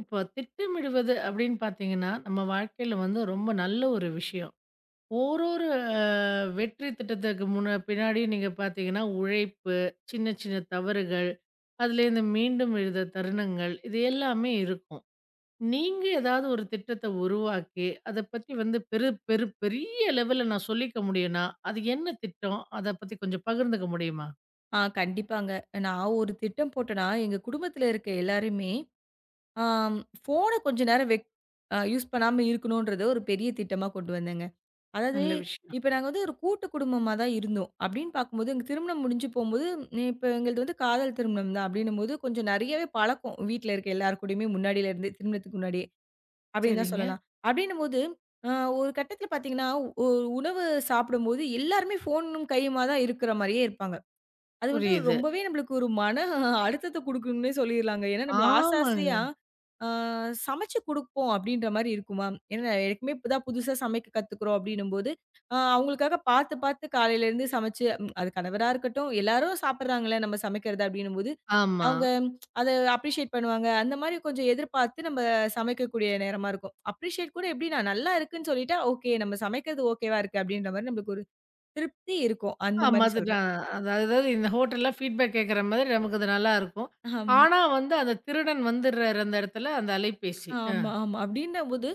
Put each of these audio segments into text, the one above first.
இப்போ திட்டமிடுவது அப்படின்னு பார்த்தீங்கன்னா, நம்ம வாழ்க்கையில வந்து ரொம்ப நல்ல ஒரு விஷயம். ஓரொரு அ வெற்றி திட்டத்துக்கு முன்ன பின்னாடியும் நீங்க பார்த்தீங்கன்னா, உழைப்பு, சின்ன சின்ன தவறுகள், அதுலேருந்து மீண்டும் எழுந்த தருணங்கள் இது எல்லாமே இருக்கும். நீங்க ஏதாவது ஒரு திட்டத்த உருவாக்கி, அத பத்தி வந்து பெரு பெரு பெரிய லெவல்ல நான் சொல்லிக்க முடியும்னா, அது என்ன திட்டம்? அத பத்தி கொஞ்சம் பகிர்ந்துக்க முடியுமா? கண்டிப்பாங்க. நான் ஒரு திட்டம் போட்டேன்னா, எங்க குடும்பத்தில இருக்க எல்லாருமே, ஆம், ஃபோன கொஞ்ச நேரம் வெக் அ யூஸ் பண்ணாம இருக்கணுன்றத ஒரு பெரிய திட்டமா கொண்டு வந்தேங்க. அதாவது, நல்ல விஷயம். இப்ப நாங்க வந்து ஒரு கூட்டு குடும்பமா தான் இருந்தோம். அப்படின்னு பார்க்கும்போது, எங்க திருமணம் முடிஞ்சு போம்போது, இப்ப எங்களது வந்து காதல் திருமணம் தான் அப்படின்னும்போது, கொஞ்சம் நெறையவே பழக்கம். வீட்ல இருக்க எல்லார் கூடயுமே முன்னாடில இருந்தே, திருமணத்துக்கு முன்னாடியே அப்படின்னு தான் சரிங்க. சொல்லலாம். அப்படின்னும்போது, அ ஒரு கட்டத்தில பார்த்தீங்கன்னா, ஒரு உணவு சாப்பிடும்போது எல்லாருமே ஃபோனும் கையுமா தான் இருக்கிற மாரியே இருப்பாங்க. அது வந்து புரியுது. ரொம்பவே நம்மளுக்கு ஒரு மன அழுத்தத்த குடுக்கும்னே சொல்லிர்லாங்க. ஏன்னா, நம்ம ஆசை ஆமாங்க. ஆசையா ஆ சமைச்சு குடுப்போம் அப்டின்ற மாரி இருக்குமா? ஏன்னா எனக்குமே இப்ப தான் புதுசா சமைக்க கத்துக்குறோம் அப்டின்னும்போது, அவங்களுக்காக பார்த்து பார்த்து காலையிலேருந்து சமைச்சு, அது கணவரா இருக்கட்டும், எல்லாரும் சாப்பிடுறாங்கல்ல நம்ம சமைக்கிறத அப்டின்னும்போது, ஆமா. அவங்க அத அப்ரிஷியேட் பண்ணுவாங்க. அந்த மாரி கொஞ்சம் எதிர்பார்த்து நம்ம சமைக்கக்கூடிய நேரமா இருக்கும். அப்ரிஷியேட் கூட எப்டின்னா, நல்லா இருக்குன்னு சொல்லிட்டா, ஓகே, நம்ம சமைக்கிறது ஓகேவா இருக்கு அப்டின்ற மாரி நம்மளுக்கு ஒரு திருப்தி இருக்கும். அந்த ஆமா. மாரி சொல்றேன். அதுதான். அதாவது இந்த ஹோட்டல்லாம் ஃபீட்பேக் கேட்கிற மாதிரி நமக்கு அது நல்லாருக்கும். ஆமா. ஆனா வந்து அந்த திருடன் வந்துர்றாரு அந்த இடத்துல அந்த அலைபேசி. ஆ. ஆமா, ஆமா. அப்படின்னம்போது,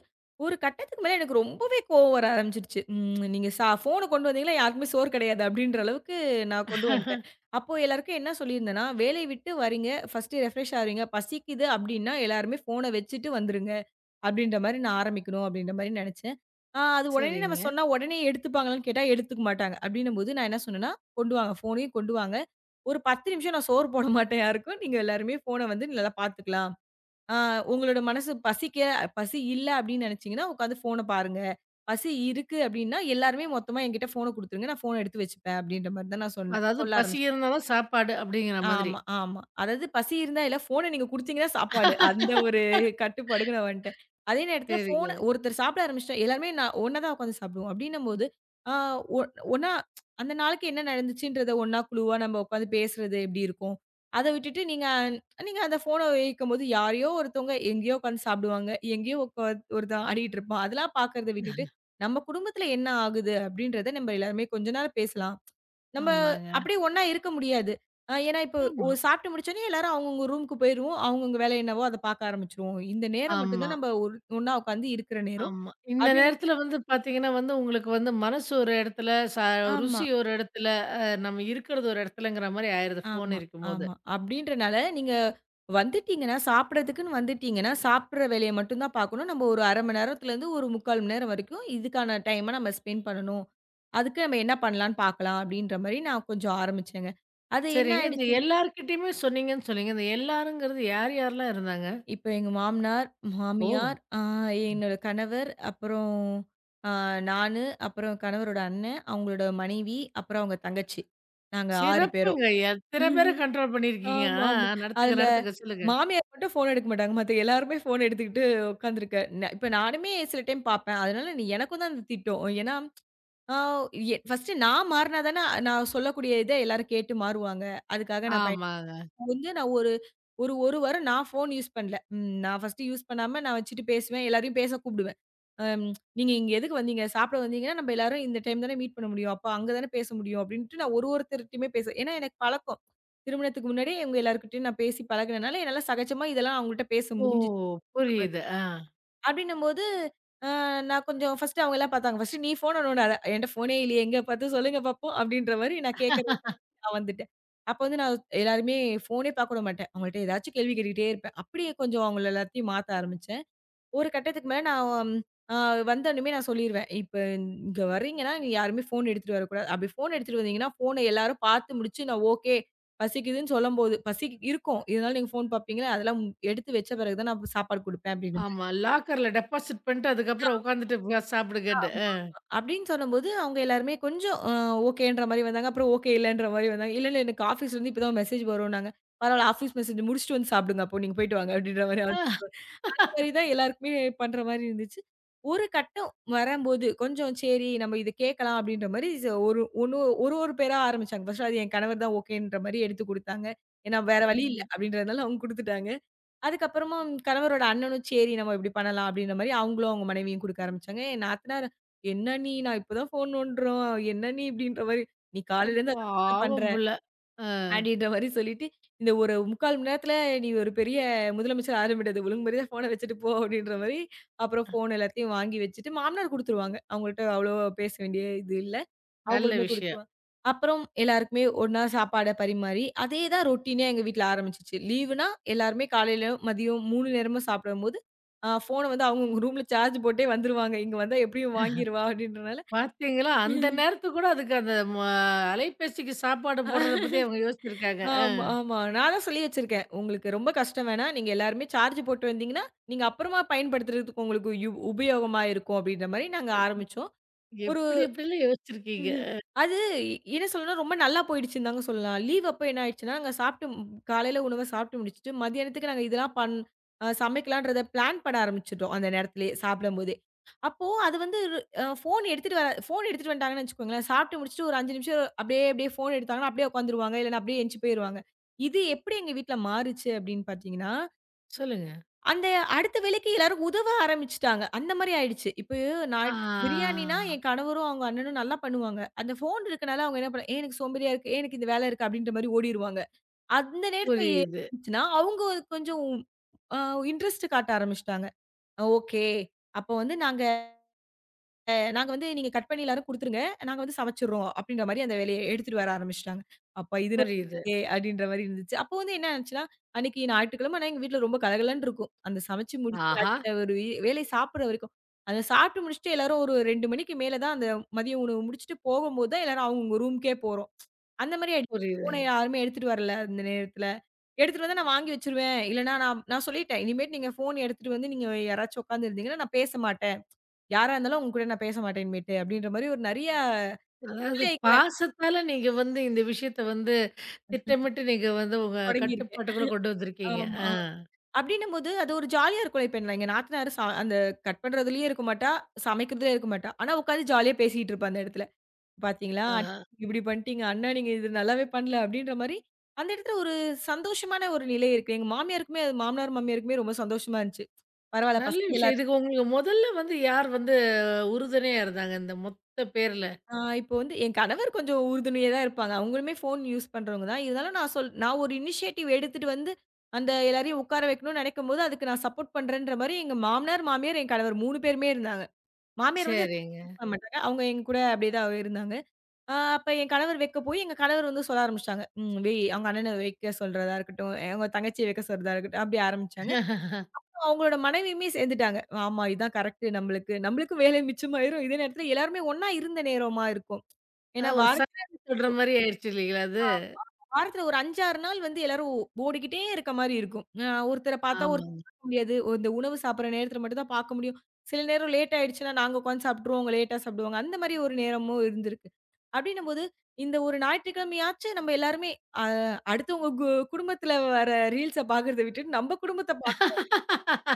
ஒரு கட்டத்துக்கு மேல எனக்கு ரொம்பவே கோவம் வர ஆரம்பிச்சுருச்சு. நீங்க ஃபோன கொண்டு வந்தீங்கன்னா யாருக்குமே சோறு கிடையாது அப்படின்ற அளவுக்கு நான் கொண்டு வந்துட்டேன். அப்போ எல்லாருக்கும் என்ன சொல்லியிருந்தேன்னா, வேலைய விட்டு வரீங்க, ஃபர்ஸ்ட்டு ரெஃப்ரெஷ் ஆவீங்க, பசிக்குது அப்படின்னா எல்லாருமே ஃபோன வச்சுட்டு வந்துருங்க. அப்படின்ற மாரி நான் ஆரம்பிக்கணும் அப்படின்ற மாரி நெனச்சேன். அது உடனே நம்ம சரிங்க. சொன்னா உடனே எடுத்துப்பாங்களான்னு கேட்டா எடுத்துக்க மாட்டாங்க. அப்படின்னும்போது நான் என்ன சொன்னேன்னா, கொண்டு வாங்க, ஃபோனையும் கொண்டு வாங்க. ஒரு 10 நிமிஷம் நான் சோறு போட மாட்டேன் யாருக்கும். நீங்க எல்லாருமே ஃபோன வந்து நல்லா பார்த்துக்கலாம். ஆ உங்களோட மனசு பசிக்க, பசி இல்ல அப்படின்னு நினைச்சீங்கன்னா, உட்காந்து ஃபோன பாருங்க. பசி இருக்கு அப்படின்னா, எல்லாருமே மொத்தமா என்கிட்ட ஃபோன குடுத்துருங்க. நான் ஃபோன எடுத்து வச்சுப்பேன் அப்படின்ற மாரி தான் நான் சொன்னேன். அதாவது சொல்ல பசி ஆரம்பிச்சேன். இருந்தா தான் சாப்பாடு அப்படிங்கிற மாதிரி. ஆமா, ஆமா. அதாவது பசி இருந்தா இல்ல, ஃபோன நீங்க குடுத்தீங்கன்னா சாப்பாடு. அந்த ஒரு கட்டுப்பாடுக்கு நான் வந்துட்டேன். அதே நேரத்தில ஃபோன சரிங்க. ஒருத்தர் சாப்பிட ஆரம்பிச்சுட்டா, எல்லாருமே நான் ஒண்ணா தான் உட்காந்து சாப்பிடுவோம். அப்படின்னும்போது, ஆ ஒ ஒண்ணா அந்த நாளுக்கு என்ன நடந்துச்சுன்றத ஒண்ணா குழுவா நம்ம உட்காந்து பேசுறது எப்படி இருக்கும்? அத விட்டுட்டு நீங்க நீங்க அந்த ஃபோன உபயோகிக்கும்போது யாரையோ ஒருத்தவங்க எங்கேயோ உட்காந்து சாப்பிடுவாங்க. எங்கேயோ ஒருத்தன் ஆடிட்டு இருப்பான். அதெல்லாம் பார்க்கறத விட்டுட்டு, நம்ம குடும்பத்தில என்ன ஆகுது? அப்படின்றத நம்ம எல்லாருமே கொஞ்ச நேரம் பேசலாம். நம்ம ஆமாங்க. அப்படியே ஒண்ணா இருக்க முடியாது. ஏன்னா இப்போ ஆமா, சாப்பிட்டு முடிச்சோனே எல்லாரும் அவங்கவங்க ரூமுக்கு போயிருவோம். அவங்கவங்க வேலை என்னவோ அத பார்க்க ஆரம்பிச்சுருவோம். இந்த நேரம் மட்டும் ஆமா, தான் நம்ம ஒரு ஒண்ணா உட்காந்து இருக்கிற நேரம். ஆமா. இந்த அப்டின்னு நேரத்துல வந்து பார்த்தீங்கன்னா வந்து உங்களுக்கு வந்து மனசு ஒரு இடத்துல, ஆமா, ருசி ஒரு இடத்துல, நம்ம இருக்கிறது ஒரு இடத்துலங்கிற மாரி ஆயிருது ஃபோன் ஆமா, இருக்கும்போது. ஆமா. அப்டின்றனால நீங்க வந்துட்டீங்கன்னா, சாப்பிடறதுக்குன்னு வந்துட்டீங்கன்னா, சாப்பிடுற வேலைய மட்டும் தான் பார்க்கணும். நம்ம ஒரு 1/2 மணி நேரத்துலருந்து ஒரு 3/4 மணி நேரம் வரைக்கும் இதுக்கான டைம நம்ம ஸ்பெண்ட் பண்ணணும். அதுக்கு நம்ம என்ன பண்ணலான்னு பார்க்கலாம் அப்டின்ற மாரி நான் கொஞ்சம் ஆரம்பிச்சேங்க. அது என்ன சரிங்க. இந்த ஆயிடுச்சுன்னா, எல்லார்கிட்டயுமே சொன்னீங்கன்னு சொன்னீங்க. இந்த எல்லாருங்கிறது யார் யாரெல்லாம் இருந்தாங்க? இப்ப எங்க மாமனார், ஓ! மாமியார், என்னோட கணவர், அப்புறம் ஆ நானு, அப்புறம் கணவரோட அண்ணன், அவங்களோட மனைவி, அப்புறம் அவங்க தங்கச்சி. நாங்க 6 பேரும். சிறப்புங்க. எத்தன பேர கண்ட்ரோல் பண்ணியிருக்கீங்க. ஆமா, ஆ, ஆமா. ஆ. நடத்துங்க, அதுல நடத்துங்க. சொல்லுங்க. மாமியார் மட்டும் ஃபோன் எடுக்க மாட்டாங்க. மத்த எல்லாருமே ஃபோன் எடுத்துக்கிட்டு உட்காந்துருக்க. இப்ப நானுமே சில டைம் பார்ப்பேன். அதனால நீ எனக்கும் தான் அந்த திட்டம். ஏன்னா, ஆ எ ஃபர்ஸ்ட்டு நான் மாறுனா தானே நான் சொல்லக்கூடிய இத எல்லாரும் கேட்டு மாறுவாங்க. அதுக்காக நான் பயன்படுத்திப்பேன். ஆமாங்க. வந்து நான் ஒரு ஒரு 1 வாரம் நான் ஃபோன் யூஸ் பண்ணல. நான் ஃபர்ஸ்ட்டு யூஸ் பண்ணாம நான் வச்சுட்டு பேசுவேன். எல்லாரையும் பேச கூப்பிடுவேன். அம் "நீங்க இங்க எதுக்கு வந்தீங்க? சாப்பிட வந்தீங்கன்னா, நம்ம எல்லாரும் இந்த டைம் தானே மீட் பண்ண முடியும். அப்ப அங்க தானே பேச முடியும்." அப்படின்ட்டு நான் ஒரு ஒருத்தர்ட்டயுமே பேச, ஏன்னா எனக்கு பழக்கம். திருமணத்துக்கு முன்னாடியே இவங்க எல்லார்கிட்டயும் நான் பேசி பழகுனனால, என்னால சகஜமா இதெல்லாம் அவங்கள்ட்ட பேச ஓ! முடிஞ்சுச்சு. புரியுது. ஆ. அப்படின்னும்போது, அ நான் கொஞ்சம் ஃபர்ஸ்ட்டு அவங்கலாம் பார்த்தாங்க. "ஃபர்ஸ்ட்டு நீ ஃபோன நோண்டாத. என்ட்ட ஃபோனே இல்லையே. எங்க பார்த்து சொல்லுங்க பார்ப்போம்." அப்படின்ற மாரி நான் கேட்க நான் வந்துட்டேன். அப்ப வந்து நான் எல்லாருமே ஃபோனே பார்க்க விட மாட்டேன். அவங்கள்ட்ட ஏதாச்சும் கேள்வி கேட்டுக்கிட்டே இருப்பேன். அப்படியே கொஞ்சம் அவங்கள எல்லாத்தையும் மாத்த ஆரம்பிச்சேன். ஒரு கட்டத்துக்கு மேல நான் அ வந்தோனமே நான் சொல்லிருவேன். இப்ப இங்க வர்றீங்கன்னா, நீங்க யாருமே ஃபோன் எடுத்துட்டு வரக்கூடாது. அப்படி ஃபோன் எடுத்துட்டு வந்தீங்கன்னா, ஃபோன எல்லாரும் பார்த்து முடிச்சு நான் ஓகே. பசிக்குதுன்னு சொல்லும்போது பசி இருக்கும். இருந்தாலும் நீங்க ஃபோன் பார்ப்பீங்களா? அதெல்லாம் எடுத்து வச்ச பிறகு தான் நான் சாப்பாடு குடுப்பேன் அப்படின்னு. ஆமா. லாக்கர்ல டெபாசிட் பண்ட்டு, அதுக்கப்புறம் உட்காந்துட்டு போய் சாப்பிடுங்கன்னு. அப்படின்னு சொல்லும்போது, அவங்க எல்லாருமே கொஞ்சம் ஓகேன்ற மாரி வந்தாங்க. அப்புறம் ஓகே இல்லன்ற மாரி வந்தாங்க. இல்ல, இல்ல எனக்கு ஆஃபீஸ்லருந்து இப்ப தான் மெசேஜ் வரும்னாங்க. பரவால்ல, ஆஃபீஸ் மெசேஜ் முடிச்சுட்டு வந்து சாப்பிடுங்க அப்போ, நீங்க போயிட்டு வாங்க அப்படின்ற மாரி அந்த ஆ மாரி தான் எல்லாருக்குமே பண்ற மாரி இருந்துச்சு. ஒரு கட்டம் வரம்போது, கொஞ்சம் சரி நம்ம இத கேட்கலாம் அப்படின்ற மாரி ஒரு ஒண்ணு ஒரு ஒரு பேரா ஆரம்பிச்சாங்க. ஃபர்ஸ்ட் அது என் கணவர் தான் ஓகேன்ற மாரி எடுத்து குடுத்தாங்க. ஏன்னா வேற வழி இல்ல சரிங்க. அப்படின்றதுனால அவங்க குடுத்துட்டாங்க. அதுக்கப்புறமா கணவரோட அண்ணனும், "சரி நம்ம இப்படி பண்ணலாம்." அப்படின்ற மாரி அவங்களும் அவங்க மனைவியும் குடுக்க ஆரம்பிச்சாங்க. என் நாத்தனார், "என்ன நீ? நான் இப்ப தான் ஃபோன் நோண்டுறோம். என்ன நீ?" இப்படின்ற மாரி, "நீ காலையிலேருந்து அத மட்டும் தான் பண்ற." பாவம் புள்ள. அ அப்படின்ற மாரி சொல்லிட்டு, "இந்த ஒரு 3/4 மணி நேரத்துல நீ ஒரு பெரிய முதலமைச்சர் ஆக முடியாது. ஒழுங்கு மரியாதையா ஃபோன வச்சுட்டு போ." அப்படின்ற மாரி, அப்புறம் ஃபோன் எல்லாத்தையும் வாங்கி வச்சுட்டு மாமனார் குடுத்துருவாங்க. அவங்கள்ட்ட அவ்வளோ பேச வேண்டிய இது இல்ல. நல்ல அவங்களுமே விஷயம். குடுத்துருவாங்க. அப்புறம் எல்லாருக்குமே ஒண்ணா சாப்பாட பரிமாறி, அதே தான் ரொட்டீனா எங்க வீட்ல ஆரம்பிச்சுச்சு. லீவுனா எல்லாருமே காலையில, மதியம் 3 நேரமும் சாப்பிடும்போது, ஃபோன வந்து அவங்கவங்க ரூம்ல சார்ஜ் போட்டே வந்துருவாங்க. இங்க வந்தா எப்படியும் வாங்கிருவா அப்படின்றனால. பார்த்தீங்களா? அந்த நேரத்துக்கு கூட அதுக்கு அந்த ம அலைபேசிக்கு சாப்பாடு போடுறத பத்தி அவங்க யோசிச்சிருக்காங்க. ஆமா, ஆமா. நான் தான் சொல்லி வச்சிருக்கேன். உங்களுக்கு ரொம்ப கஷ்டம் வேணாம். நீங்க எல்லாருமே சார்ஜ் போட்டு வந்தீங்கன்னா, நீங்க அப்புறமா பயன்படுத்துறதுக்கு உங்களுக்கு உபயோகமா இருக்கும் அப்படின்ற மாரி நாங்க ஆரம்பிச்சோம். ஒரு எப்படி எப்படிலாம் யோசிச்சிருக்கீங்க? ம்ஹ்ம். அது என்ன சொல்லணும்னா, ரொம்ப நல்லா போயிடுச்சுன்னு தாங்க சொல்லலாம். லீவ் அப்ப என்ன ஆயிடுச்சுன்னா, நாங்க சாப்பிட்டு, காலையில உணவ சாப்பிட்டு முடிச்சுட்டு, மதியானத்துக்கு நாங்க இதெல்லாம் பண் அ சமைக்கலான்றத பிளான் பண்ண ஆரம்பிச்சுட்டோம். அந்த நேரத்திலேயே சாப்பிடும்போதே. அப்போ அது வந்து அ ஃபோன் எடுத்துட்டு வர ஃபோன் எடுத்துட்டு வந்துட்டாங்கன்னு வச்சுக்கோங்களேன். சாப்பிட்டு முடிச்சுட்டு ஒரு 5 நிமிஷம் அப்படியே அப்படியே ஃபோன் எடுத்தாங்கன்னா, அப்படியே உட்காந்துருவாங்க. இல்லைன்னா அப்படியே எந்திச்சு போயிருவாங்க. இது எப்படி எங்க வீட்ல மாறுச்சு அப்படின்னு பார்த்தீங்கன்னா சொல்லுங்க. அந்த அடுத்த வேலைக்கு எல்லாரும் உதவ ஆரம்பிச்சுட்டாங்க. அந்த மாரி ஆயிடுச்சு. இப்ப ஆ நான் பிரியாணினா என் கணவரும், அவங்க அண்ணனும் நல்லா பண்ணுவாங்க. அந்த ஃபோன் இருக்கனால அவங்க என்ன பண்ண, "ஏன் எனக்கு சோம்பேறியா இருக்கு. ஏன் எனக்கு இந்த வேலை இருக்கு" அப்படின்ற மாரி ஓடிருவாங்க. அந்த நேரத்துல புரியுது, என்னாச்சுன்னா, அவங்க கொஞ்சம் அ இன்ட்ரெஸ்ட் காட்ட ஆரம்பிச்சுட்டாங்க. ஓகே. அப்ப வந்து நாங்க அ நாங்க வந்து நீங்க கட் பண்ணி எல்லாரும் குடுத்துருங்க. நாங்க வந்து சமைச்சுர்றோம் அப்டின்ற மாரி அந்த வேலைய எடுத்துட்டு வர ஆரம்பிச்சுட்டாங்க. அப்பா இது புரியுது. நல்லதே அப்டின்ற மாரி இருந்துச்சு. அப்போ வந்து என்ன ஆச்சுன்னா, அன்னைக்கு ஞாயிற்றுக்கிழமை ஆனா எங்க வீட்ல ரொம்ப கலகலன்னு இருக்கும். அந்த சமைச்சு முடிச்சு ஆஹா! அடுத்த ஒரு வேலை சாப்பிடுற வரைக்கும். அத சாப்பிட்டு முடிச்சுட்டு எல்லாரும் ஒரு 2 மணிக்கு மேல தான் அந்த மதிய உணவு முடிச்சுட்டு போகும்போது தான் எல்லாரும் அவங்கவங்க ரூம்க்கே போறோம். அந்த மாரி ஆயிடுச்சு. புரியுது. ஃபோன யாருமே எடுத்துட்டு வரல அந்த நேரத்துல. எடுத்துட்டு வந்தா நான் வாங்கி வச்சுருவேன். இல்லன்னா நான் நான் சொல்லிட்டேன். இனிமேட்டு நீங்க ஃபோன் எடுத்துட்டு வந்து நீங்க யாராச்சும் உட்கார்ந்து இருந்தீங்கன்னா, நான் பேச மாட்டேன். யாரா இருந்தாலும் உங்க கூட நான் பேச மாட்டேன் இனிமேட்டு அப்டின்ற மாரி ஒரு நெறைய அதாவது கட்டளைகள பாசத்தால நீங்க வந்து இந்த விஷயத்த வந்து திட்டமிட்டு நீங்க வந்து உங்க தொடங்கியிருக்கேன். கட்டுப்பாட்டுக்குள்ள கொண்டு வந்திருக்கீங்க. ஆ, ஆமா. அப்டின்னும்போது அது ஒரு ஜாலியா இருக்கும்ல. இப்ப நான் எங்க நாத்தனாரு அந்த கட் பண்றதுலயே இருக்க மாட்டா, சமைக்கிறதுலயே இருக்க மாட்டா. ஆனா உட்கார்ந்து ஜாலியா பேசிட்டு இருப்பா அந்த இடத்துல. "பாத்தீங்களா அண்ணி ஆ. நீங்க இப்டி பண்ணிட்டீங்க. அண்ணா நீங்க இது நல்லாவே பண்ணல" அப்டின்ற மாரி அந்த இடத்துல ஒரு சந்தோஷமான ஒரு நிலை இருக்கு. எங்க மாமியாருக்குமே அது மாமனார், மாமியாருக்குமே ரொம்ப சந்தோஷமா இருந்துச்சு. பரவால்ல நல்ல பசங்க விஷயம். எல்லாரும். இதுக்கு உங்களுக்கு முதல்ல வந்து யார் வந்து உறுதுணையா இருந்தாங்க இந்த மொத்த பேர்ல? இப்போ வந்து என் கணவர் கொஞ்சம் உறுதுணையா தான் இருப்பாங்க. அவங்களுமே ஃபோன் யூஸ் பண்றவங்க தான். இருந்தாலும் நான் நான் ஒரு இனிஷியேட்டிவ் எடுத்துட்டு வந்து, அந்த எல்லாரையும் உட்கார வைக்கணும்னு நினைக்கும்போது, அதுக்கு நான் சப்போர்ட் பண்றேன்ற மாரி எங்க மாமனார், மாமியார், என் கணவர் 3 பேருமே இருந்தாங்க. மாமியார் வந்து சரிங்க. யூஸ் பண்ண மாட்டாங்க. அவங்க எங்க கூட அப்படியே தான் இருந்தாங்க. அப்ப என் கணவர் வைக்க போய், எங்க கணவர் வந்து சொல்ல ஆரம்பிச்சுட்டாங்க. ம் வை அவங்க அண்ணன வைக்க சொல்றதா இருக்கட்டும், அவங்க தங்கச்சிய வைக்க சொல்றதா இருக்கட்டும், அப்படி ஆரம்பிச்சாங்க. அவங்களோட மனைவியுமே சேர்ந்துட்டாங்க. ஆமா இதான் கரெக்ட் நம்மளுக்கு. நம்மளுக்கும் வேலை மிச்சமாயிரும். இதே நேரத்துல எல்லாருமே ஒண்ணா இருந்த நேரமா இருக்கும். அ ஏன்னா ஒரு வாரத்துல சக்தி சொல்ற மாரி ஆயிடுச்சு இல்லைங்களா அது? வாரத்துல ஒரு 5, 6 நாள் வந்து எல்லாரும் ஓடிக்கிட்டே இருக்க மாரி இருக்கும். ஒருத்தர பார்த்தா ஒருத்தர ஆமாங்க. பார்க்க முடியாது. இந்த உணவு சாப்பிடுற நேரத்துல மட்டும் தான் பார்க்க முடியும். சில நேரம் லேட் ஆயிடுச்சுன்னா, நாங்க உட்காந்து சாப்பிட்டுருவோம். அவங்க லேட்டா சாப்பிடுவாங்க. அந்த மாரி ஒரு நேரமும் இருந்திருக்கு. அப்டின்னும்போது, இந்த ஒரு ஞாயிற்றுக்கிழமையாச்சும் நம்ம எல்லாருமே அ அடுத்தவங்க குடும்பத்துல வர ரீல்ஸ பார்க்கறத விட்டுட்டு, நம்ம குடும்பத்த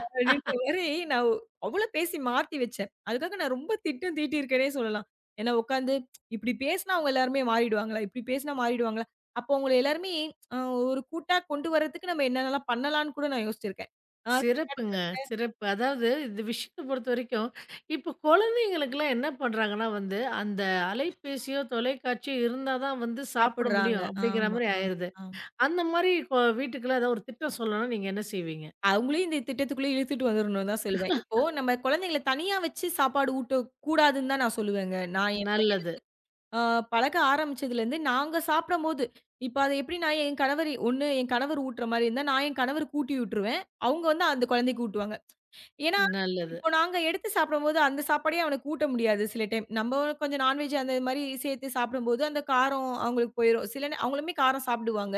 அப்படின்ற மாரி நான் அவ்ளோ பேசி மாத்தி வச்சேன். அதுக்காக நான் ரொம்ப திட்டம் தீட்டியிருக்கேன்னே சொல்லலாம். ஏன்னா உட்காந்து இப்படி பேசினா அவங்க எல்லாருமே மாறிடுவாங்களா? இப்படி பேசினா மாறிடுவாங்களா? அப்போ அவங்கள எல்லாருமே அ ஒரு கூட்டா கொண்டு வரதுக்கு நம்ம என்னென்னலாம் பண்ணலான்னு கூட நான் யோசிச்சிருக்கேன். ஆ சிறப்புங்க, சிறப்பு. அதாவது இந்த விஷயத்த பொறுத்தவரைக்கும், இப்ப குழந்தைங்களுக்கெல்லாம் என்ன பண்றாங்கன்னா வந்து, அந்த அலைபேசியோ, தொலைக்காட்சியோ இருந்தா தான் வந்து சாப்பிட சாப்பிடுறாங்க. முடியும் அப்படிங்கிற ஆமா, மாரி ஆமா, ஆயிருது. ஆமா. அந்த மாரி கொ வீட்டுக்குள்ள ஏதாவது ஒரு திட்டம் சொல்லணும்னா நீங்க என்ன செய்வீங்க? அவங்களையும் இந்த திட்டத்துக்குள்ள இழுத்துட்டு வந்துரணும்னு தான் சொல்லுவேன். இப்போ நம்ம குழந்தைங்கள தனியா வச்சு சாப்பாடு ஊட்டக்கூடாதுன்னு தான் நான் சொல்லுவேங்க. நான் என் பையன் நல்லது, ஆ பழக ஆரம்பிச்சதுலேருந்து, நாங்க சாப்பிடும்போது இப்ப அத எப்படி நான் என் கணவர் ஒண்ணு என் கணவர் ஊட்டுற மாரி இருந்தா, நான் என் கணவருக்கு ஊட்டி விட்டுருவேன். அவங்க வந்து அந்த குழந்தைக்கு ஊட்டுவாங்க. ஏன்னா, நல்லது. இப்போ நாங்க எடுத்து சாப்பிடும்போது, அந்த சாப்பாடையே அவனுக்கு ஊட்ட முடியாது சில டைம். நம்ம கொஞ்சம் நான்வெஜ் அந்த மாரி சேர்த்து சாப்பிடும்போது, அந்த காரம் அவங்களுக்கு போயிரும். சில அவங்களுமே காரம் சாப்பிடுவாங்க.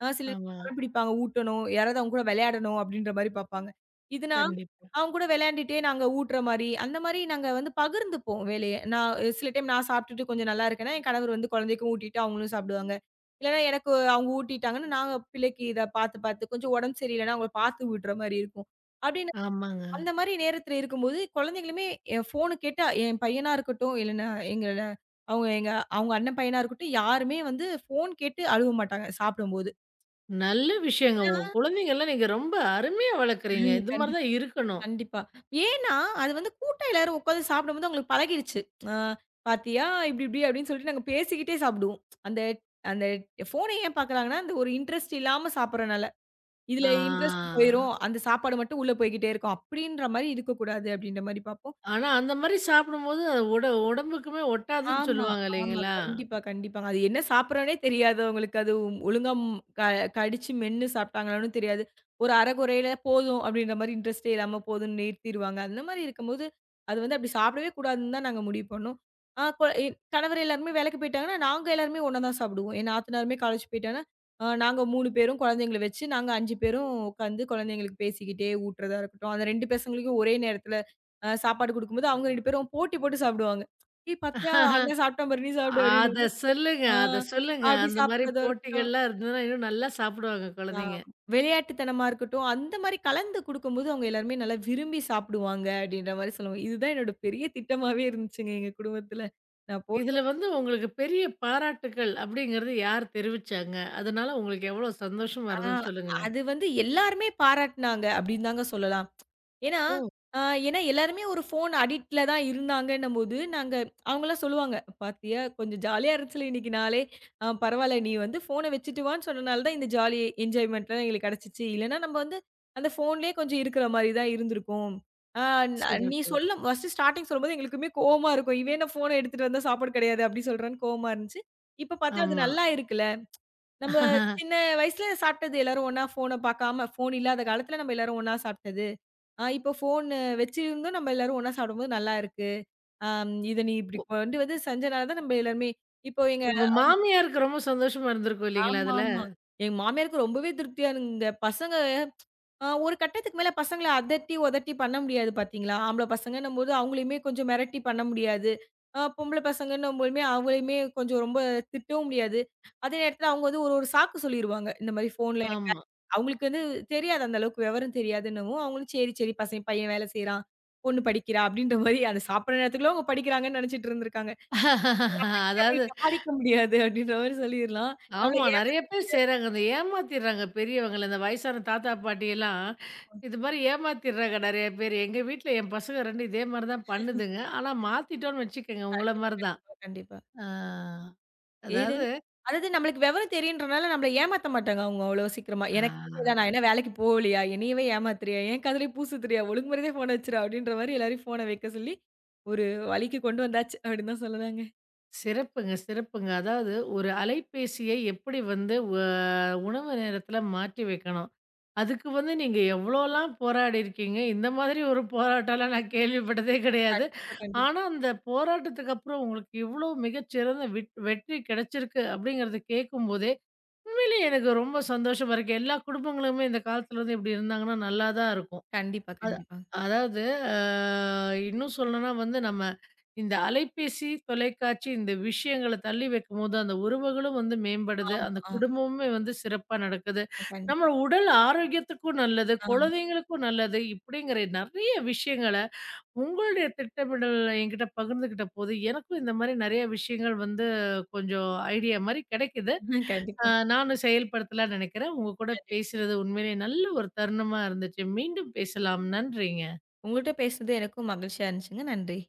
ஆனா சில ஆமா, அடம் பிடிப்பாங்க, ஊட்டணும். யாராவது அவங்க கூட விளையாடணும் அப்படின்ற மாரி பார்ப்பாங்க. இதுனா, கண்டிப்பா. அவங்க கூட விளையாண்டுட்டே நாங்க ஊட்டுற மாரி, அந்த மாரி நாங்க வந்து பகிர்ந்துப்போம் வேலைய. நான் சில டைம் நான் சாப்பிட்டுட்டு கொஞ்சம் நல்லா இருக்கேன்னா, என் கணவர் வந்து குழந்தைக்கும் ஊட்டிட்டு அவங்களும் சாப்பிடுவாங்க. இல்லன்னா எனக்கு அவங்க ஊட்டிட்டாங்கன்னா, நாங்க பிள்ளைக்கு இத பார்த்து பார்த்து கொஞ்சம் உடம்பு சரியில்லன்னா அவங்கள பார்த்து ஊட்டுற மாரி இருக்கும். அப்படின்னு ஆமாங்க. அந்த மாரி நேரத்துல இருக்கும்போது, குழந்தைங்களுமே என் ஃபோனு கேட்டா என் பையனா இருக்கட்டும், இல்லன்னா எங்கள அவங்க எங்க அவங்க அண்ணன் பையனா இருக்கட்டும், யாருமே வந்து ஃபோன் கேட்டு அழுவ மாட்டாங்க சாப்பிடும்போது. நல்ல விஷயங்க. ஏன்னா, உங்க குழந்தைங்கலாம் நீங்க ரொம்ப அருமையா வளர்க்குறீங்க. ம். இது மாரி கண்டிப்பா. தான் இருக்கணும். கண்டிப்பா. ஏன்னா, அது வந்து கூட்டா எல்லாரும் உட்காந்து சாப்பிடும்போது அவங்களுக்கு பழகிடுச்சு. ஆ "பாத்தியா? இப்டி இப்டி" அப்டின்னு சொல்லிட்டு நாங்க பேசிக்கிட்டே சாப்பிடுவோம். அந்த அந்த ஃபோன ஏன் பார்க்குறாங்கன்னா, அந்த ஒரு இன்ட்ரெஸ்ட் இல்லாம சாப்பிடுறனால. இதுல ஆ. இன்ட்ரெஸ்ட் போயிரும். அந்த சாப்பாடு மட்டும் உள்ள போய்க்கிட்டே இருக்கும். அப்டின்ற மாரி இருக்கக்கூடாது அப்டின்ற மாரி பார்ப்போம். ஆனா அந்த மாரி சாப்பிடும்போது அது உடம்புக்குமே ஒட்டாதுன்னு ஆமா, சொல்லுவாங்க ஆமா. இல்லைங்களா? கண்டிப்பா, கண்டிப்பாங்க. அது என்ன சாப்பிடுறோன்னே தெரியாது அவங்களுக்கு. அது ஒழுங்கா ம் க கடிச்சு மென்னு சாப்பிட்டாங்களான்னும் தெரியாது. ஒரு அரைகுறையில போதும் அப்படின்ற மாரி இன்ட்ரெஸ்ட்டே இல்லாம போதும்ன்னு நிறுத்திருவாங்க. அந்த மாரி இருக்கும்போது, அது வந்து அப்படி சாப்பிடவே கூடாதுன்னு தான் நாங்க முடிவு பண்ணோம். ஆ கொ என் கணவர் எல்லாருமே வேலைக்கு போயிட்டாங்கன்னா, நாங்க எல்லாருமே ஒண்ணா தான் சாப்பிடுவோம். என் நாத்தனாருமே காலேஜ் போயிட்டாங்கன்னா, நாங்க 3 பேரும் குழந்தைங்கள வச்சு, நாங்க 5 பேரும் உட்காந்து குழந்தைங்களுக்கு பேசிக்கிட்டே ஊட்டுறதா இருக்கட்டும். அந்த 2 பசங்களுக்கும் ஒரே நேரத்தில சாப்பாடு குடுக்கும்போது, அவங்க 2 பேரும் போட்டி போட்டு சாப்பிடுவாங்க. "ஏய் பாத்தியா! அண்ணன் சாப்பிட்டான் பாரு, நீ சாப்பிடு" அத அப்படின்னு. சொல்லுங்க, ஆ அத சொல்லுங்க. அப்படி அந்த மாரி சாப்பிடுறதா இருக்கட்டும். போட்டிகள்லாம் இருந்ததுன்னா இன்னும் நல்லா சாப்பிடுவாங்க ஆ குழந்தைங்க. விளையாட்டுத்தனமா இருக்கட்டும், அந்த மாரி கலந்து குடுக்கும்போது அவங்க எல்லாருமே நல்லா விரும்பி சாப்பிடுவாங்க, அப்படின்ற மாரி சொல்லுவாங்க. இதுதான் என்னோட பெரிய திட்டமாவே இருந்துச்சுங்க எங்க குடும்பத்துல. நான் போ இதுல வந்து உங்களுக்கு பெரிய பாராட்டுக்கள் அப்படிங்கிறது யார் தெரிவிச்சாங்க? அதனால உங்களுக்கு எவ்வளோ சந்தோஷமா ஆ இருந்ததுன்னு சொல்லுங்களேன்? அது வந்து எல்லாருமே பாராட்டுனாங்க அப்படின்னு தாங்க சொல்லலாம். ஏன்னா, ஓ! ஆ ஏன்னா எல்லாருமே ஒரு ஃபோன் அடிக்ட்ல தான் இருந்தாங்கன்னும்போது, நாங்க அவங்கலாம் சொல்லுவாங்க, "பாத்தியா கொஞ்சம் ஜாலியா இருந்துச்சுல இன்னைக்கு நாளே. பரவால்ல நீ வந்து ஃபோன வச்சுட்டு வான்னு சொன்னனால தான் இந்த ஜாலி என்ஜாய்மெண்ட்லாம் எங்களுக்கு கிடைச்சுச்சு. இல்லன்னா நம்ம வந்து அந்த ஃபோன்லயே கொஞ்சம் இருக்கிற மாரி தான் இருந்திருக்கும்." ஆ ந நீ சிறப்பு. சொல்ல ஃபர்ஸ்ட்டு ஸ்டார்ட்டிங் சொல்லும்போது எங்களுக்குமே கோவமா இருக்கும். இவன் என்ன ஃபோன எடுத்துட்டு வந்தா சாப்பாடு கிடையாது அப்படி சொல்றான்னு கோவமா இருந்துச்சு. இப்ப பார்த்தா அது ஆமா. நல்லா இருக்குல்ல. நம்ம சின்ன வயசுல சாப்பிட்டது எல்லாரும் ஒண்ணா ஃபோன பார்க்காம, ஃபோன் இல்லாத காலத்துல நம்ம எல்லாரும் ஒண்ணா சாப்பிட்டது. இப்போ ஃபோனு வச்சிருந்தும் நம்ம எல்லாரும் ஒண்ணா சாப்பிடும்போது நல்லா இருக்கு. ஆம் இத நீ இப்படி ஒ. கொண்டு வந்து செஞ்சனால தான் நம்ம எல்லாருமே இப்போ எங்க உங்க மாமியாருக்கு ரொம்ப சந்தோஷமா இருந்திருக்கும் இல்லைங்களா அதுல? ஆமாமா. எங்க மாமியாருக்கு ரொம்பவே திருப்தியா இருந்ததுங்க. பசங்க ஒரு கட்டத்துக்கு மேல பசங்கள அதட்டி, உதட்டி பண்ண முடியாது பார்த்தீங்களா? ஆம்பள பசங்கன்னும்போது அவங்களையுமே கொஞ்சம் மிரட்டி பண்ண முடியாது. பொம்பள பசங்கன்னும்போதுமே அவங்களையுமே கொஞ்சம் ரொம்ப திட்டவும் முடியாது. அதே நேரத்துல அவங்க வந்து ஒரு ஒரு சாக்கு சொல்லிருவாங்க. இந்த மாரி ஃபோன்ல ஆமா. அவங்களுக்கு வந்து தெரியாது அந்த அளவுக்கு விவரம் தெரியாதுன்னவும், அவங்களும் சரி, சரி பசங்க, பையன் வேலை செய்றான், பொண்ணு படிக்கிறா அப்படின்ற மாரி அந்த சாப்பிடுற நேரத்துக்குள்ள அவங்க படிக்கிறாங்கன்னு நெனச்சுட்டு இருந்திருக்காங்க. இதுகிட்ட அப்படி அதாவது சமாளிக்க முடியாது அப்படின்ற மாரி சொல்லிரலாம். நம்மள ஆமா ஏமா நெறைய பேர் செய்றாங்க. அந்த ஏமாத்திர்றாங்க பெரியவங்கள. இந்த வயசான தாத்தா, பாட்டியெல்லாம் இது மாரி ஏமாத்திர்றாங்க நெறைய பேர். எங்க வீட்ல என் பசங்க 2 இதே மாரி தான் பண்ணுதுங்க. ஆனா மாத்திட்டோம்னு வச்சுக்கங்க உங்கள கண்டிப்பா, மாரி தான். கண்டிப்பா, கண்டிப்பா. ஆ ஏது அதாவது அதாவது நம்மளுக்கு விவரம் தெரியுன்றனால நம்மள ஏமாத்த மாட்டாங்க அவங்க அவ்வளோ சீக்கிரமா. ஆ. எனக்கு தெரியாதா? நான் என்ன வேலைக்கு போகலையா? என்னையவே ஏமாத்துறியா? என் காதுலயே பூ சுத்துறியா? ஒழுங்கு மரியாதையா ஃபோன வச்சுரு அப்படின்ற மாரி எல்லாரையும் ஃபோன வைக்க சொல்லி, ஒரு வழிக்கு கொண்டு வந்தாச்சு அப்படின்னு தான் சொல்லலாங்க. சிறப்புங்க, சிறப்புங்க. அதாவது ஒரு அலைபேசியை எப்படி வந்து உணவு நேரத்தில மாற்றி வைக்கணும். அதுக்கு வந்து நீங்க எவ்வளோலாம் போராடியிருக்கீங்க. இந்த மாதிரி ஒரு போராட்டம்லாம் நான் கேள்விப்பட்டதே கிடையாது. கண்டிப்பா, கண்டிப்பா. ஆனா, அந்த போராட்டத்துக்கு அப்புறம் உங்களுக்கு இவ்வளோ மிகச்சிறந்த வெற்றி கிடைச்சிருக்கு அப்படிங்கிறத கேட்கும்போதே, உண்மையிலேயே எனக்கு ரொம்ப சந்தோஷமா இருக்கு. எல்லா குடும்பங்களுமே இந்த காலத்துல வந்து இப்படி இருந்தாங்கன்னா நல்லா தான் இருக்கும். கண்டிப்பா, அத கண்டிப்பா. அதாவது அ இன்னும் சொல்லணும்னா வந்து நம்ம இந்த அலைபேசி, தொலைக்காட்சி இந்த விஷயங்கள தள்ளி வைக்கும்போது, அந்த உறவுகளும் வந்து மேம்படுது. ஆமா, அந்த ஆமா. குடும்பமுமே வந்து சிறப்பா நடக்குது. கண்டிப்பா. நம்ம உடல் ஆரோக்கியத்துக்கும் நல்லது, ஆமா. குழந்தைங்களுக்கும் நல்லது. இப்படிங்கிற நெறைய விஷயங்கள உங்களுடைய திட்டமிடல் என்கிட்ட பகிர்ந்துகிட்ட போது, எனக்கும் இந்த மாரி நெறைய விஷயங்கள் வந்து கொஞ்சம் ஐடியா மாரி கிடைக்குது. அ கண்டிப்பா, நானும் செயல்படுத்தலாம்னு நெனைக்கிறேன். உங்க கூட கண்டிப்பா. பேசுனது உண்மையிலேயே நல்ல ஒரு தருணமா இருந்துச்சு. மீண்டும் பேசலாம். நன்றிங்க. உங்கள்ட்ட பேசுனது எனக்கும் மகிழ்ச்சியா இருந்துச்சுங்க. நன்றி.